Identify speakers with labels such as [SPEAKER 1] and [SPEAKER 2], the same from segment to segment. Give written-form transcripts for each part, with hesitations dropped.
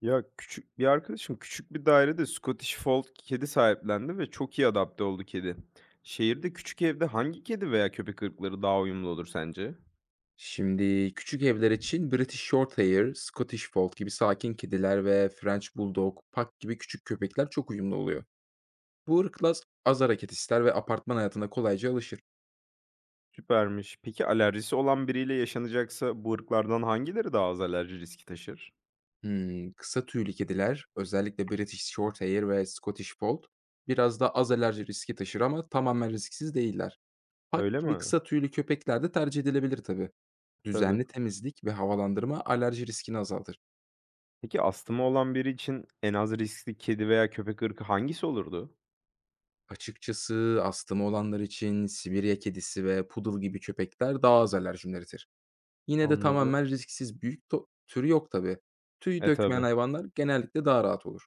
[SPEAKER 1] Ya, küçük bir arkadaşım küçük bir dairede Scottish Fold kedi sahiplendi ve çok iyi adapte oldu kedi. Şehirde küçük evde hangi kedi veya köpek ırkları daha uyumlu olur sence?
[SPEAKER 2] Şimdi küçük evler için British Shorthair, Scottish Fold gibi sakin kediler ve French Bulldog, Pug gibi küçük köpekler çok uyumlu oluyor. Bu ırklar az hareket ister ve apartman hayatına kolayca alışır.
[SPEAKER 1] Süpermiş. Peki alerjisi olan biriyle yaşanacaksa bu ırklardan hangileri daha az alerji riski taşır?
[SPEAKER 2] Kısa tüylü kediler, özellikle British Shorthair ve Scottish Fold, biraz da az alerji riski taşır ama tamamen risksiz değiller. Pug
[SPEAKER 1] Öyle
[SPEAKER 2] gibi
[SPEAKER 1] mi?
[SPEAKER 2] kısa tüylü köpekler de tercih edilebilir tabii.
[SPEAKER 1] Tabii.
[SPEAKER 2] Düzenli temizlik ve havalandırma alerji riskini azaltır.
[SPEAKER 1] Peki astımı olan biri için en az riskli kedi veya köpek ırkı hangisi olurdu?
[SPEAKER 2] Açıkçası astımı olanlar için Sibirya kedisi ve poodle gibi köpekler daha az alerjim üretir. Yine de
[SPEAKER 1] Anladım.
[SPEAKER 2] tamamen risksiz büyük türü yok tabii. Tüy
[SPEAKER 1] E
[SPEAKER 2] dökmeyen
[SPEAKER 1] tabii.
[SPEAKER 2] hayvanlar genellikle daha rahat olur.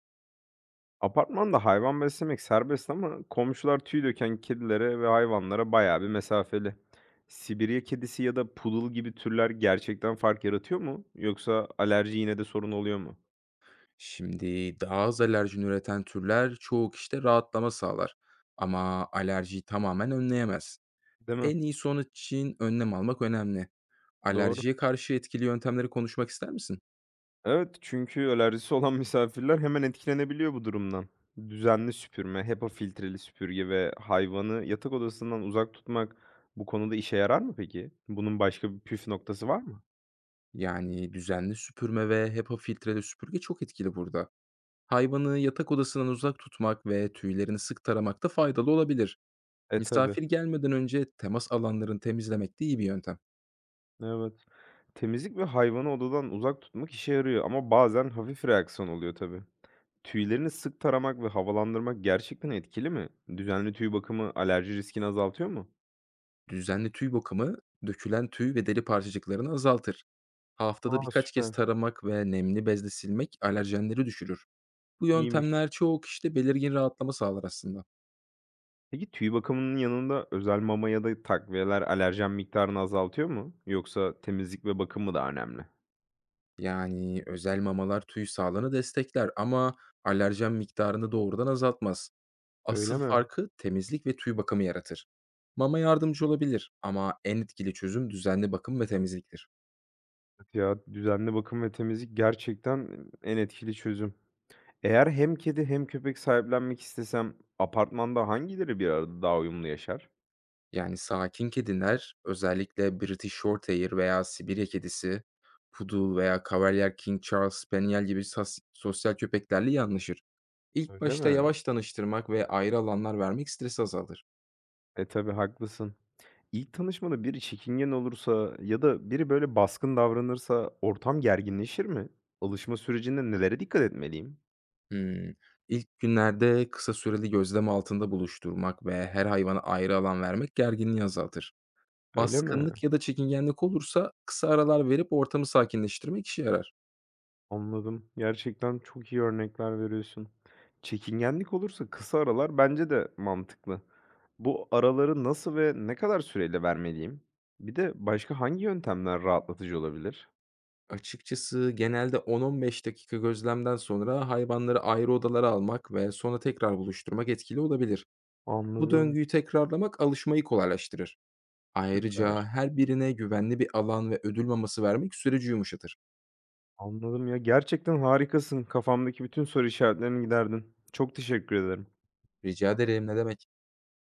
[SPEAKER 1] Apartmanda hayvan beslemek serbest ama komşular tüy döken kedilere ve hayvanlara bayağı bir mesafeli. Sibirya kedisi ya da poodle gibi türler gerçekten fark yaratıyor mu? Yoksa alerji yine de sorun oluyor mu?
[SPEAKER 2] Şimdi daha az alerjin üreten türler çoğu kişide rahatlama sağlar. Ama alerjiyi tamamen önleyemez.
[SPEAKER 1] Değil mi?
[SPEAKER 2] En iyi sonuç için önlem almak önemli.
[SPEAKER 1] Doğru.
[SPEAKER 2] Alerjiye karşı etkili yöntemleri konuşmak ister misin?
[SPEAKER 1] Evet, çünkü alerjisi olan misafirler hemen etkilenebiliyor bu durumdan. Düzenli süpürme, HEPA filtreli süpürge ve hayvanı yatak odasından uzak tutmak bu konuda işe yarar mı peki? Bunun başka bir püf noktası var mı?
[SPEAKER 2] Yani düzenli süpürme ve HEPA filtreli süpürge çok etkili burada. Hayvanı yatak odasından uzak tutmak ve tüylerini sık taramak da faydalı olabilir.
[SPEAKER 1] E tabii.
[SPEAKER 2] Misafir gelmeden önce temas alanlarını temizlemek de iyi bir yöntem.
[SPEAKER 1] Evet. Temizlik ve hayvanı odadan uzak tutmak işe yarıyor ama bazen hafif reaksiyon oluyor tabii. Tüylerini sık taramak ve havalandırmak gerçekten etkili mi? Düzenli tüy bakımı alerji riskini azaltıyor mu?
[SPEAKER 2] Düzenli tüy bakımı dökülen tüy ve deri parçacıklarını azaltır. Haftada
[SPEAKER 1] Aa
[SPEAKER 2] birkaç kez
[SPEAKER 1] süper.
[SPEAKER 2] taramak ve nemli bezle silmek alerjenleri düşürür. Bu
[SPEAKER 1] İyiymiş.
[SPEAKER 2] yöntemler çoğu kişide belirgin rahatlama sağlar aslında.
[SPEAKER 1] Peki tüy bakımının yanında özel mama ya da takviyeler alerjen miktarını azaltıyor mu? Yoksa temizlik ve bakım mı daha önemli?
[SPEAKER 2] Yani özel mamalar tüy sağlığını destekler ama alerjen miktarını doğrudan azaltmaz.
[SPEAKER 1] Öyle
[SPEAKER 2] Asıl
[SPEAKER 1] mi?
[SPEAKER 2] farkı temizlik ve tüy bakımı yaratır. Mama yardımcı olabilir ama en etkili çözüm düzenli bakım ve temizliktir.
[SPEAKER 1] Ya düzenli bakım ve temizlik gerçekten en etkili çözüm. Eğer hem kedi hem köpek sahiplenmek istesem apartmanda hangileri bir arada daha uyumlu yaşar?
[SPEAKER 2] Yani sakin kediler, özellikle British Shorthair veya Sibirya kedisi, Poodle veya Cavalier King Charles Spaniel gibi sosyal köpeklerle iyi anlaşır. İlk
[SPEAKER 1] Öyle
[SPEAKER 2] başta
[SPEAKER 1] mi?
[SPEAKER 2] yavaş tanıştırmak ve ayrı alanlar vermek stresi azalır.
[SPEAKER 1] E, tabii haklısın. İlk tanışmada biri çekingen olursa ya da biri böyle baskın davranırsa ortam gerginleşir mi? Alışma sürecinde nelere dikkat etmeliyim?
[SPEAKER 2] Hımm. İlk günlerde kısa süreli gözlem altında buluşturmak ve her hayvana ayrı alan vermek gerginliği azaltır.
[SPEAKER 1] Öyle mi?
[SPEAKER 2] Baskınlık ya da çekingenlik olursa kısa aralar verip ortamı sakinleştirmek işe yarar.
[SPEAKER 1] Anladım. Gerçekten çok iyi örnekler veriyorsun. Çekingenlik olursa kısa aralar bence de mantıklı. Bu araları nasıl ve ne kadar süreyle vermeliyim? Bir de başka hangi yöntemler rahatlatıcı olabilir?
[SPEAKER 2] Açıkçası genelde 10-15 dakika gözlemden sonra hayvanları ayrı odalara almak ve sonra tekrar buluşturmak etkili olabilir. Bu
[SPEAKER 1] Anladım.
[SPEAKER 2] döngüyü tekrarlamak alışmayı kolaylaştırır. Ayrıca
[SPEAKER 1] Süper.
[SPEAKER 2] her birine güvenli bir alan ve ödül maması vermek süreci yumuşatır.
[SPEAKER 1] Anladım ya. Gerçekten harikasın. Kafamdaki bütün soru işaretlerini giderdin. Çok teşekkür ederim.
[SPEAKER 2] Rica ederim, ne demek.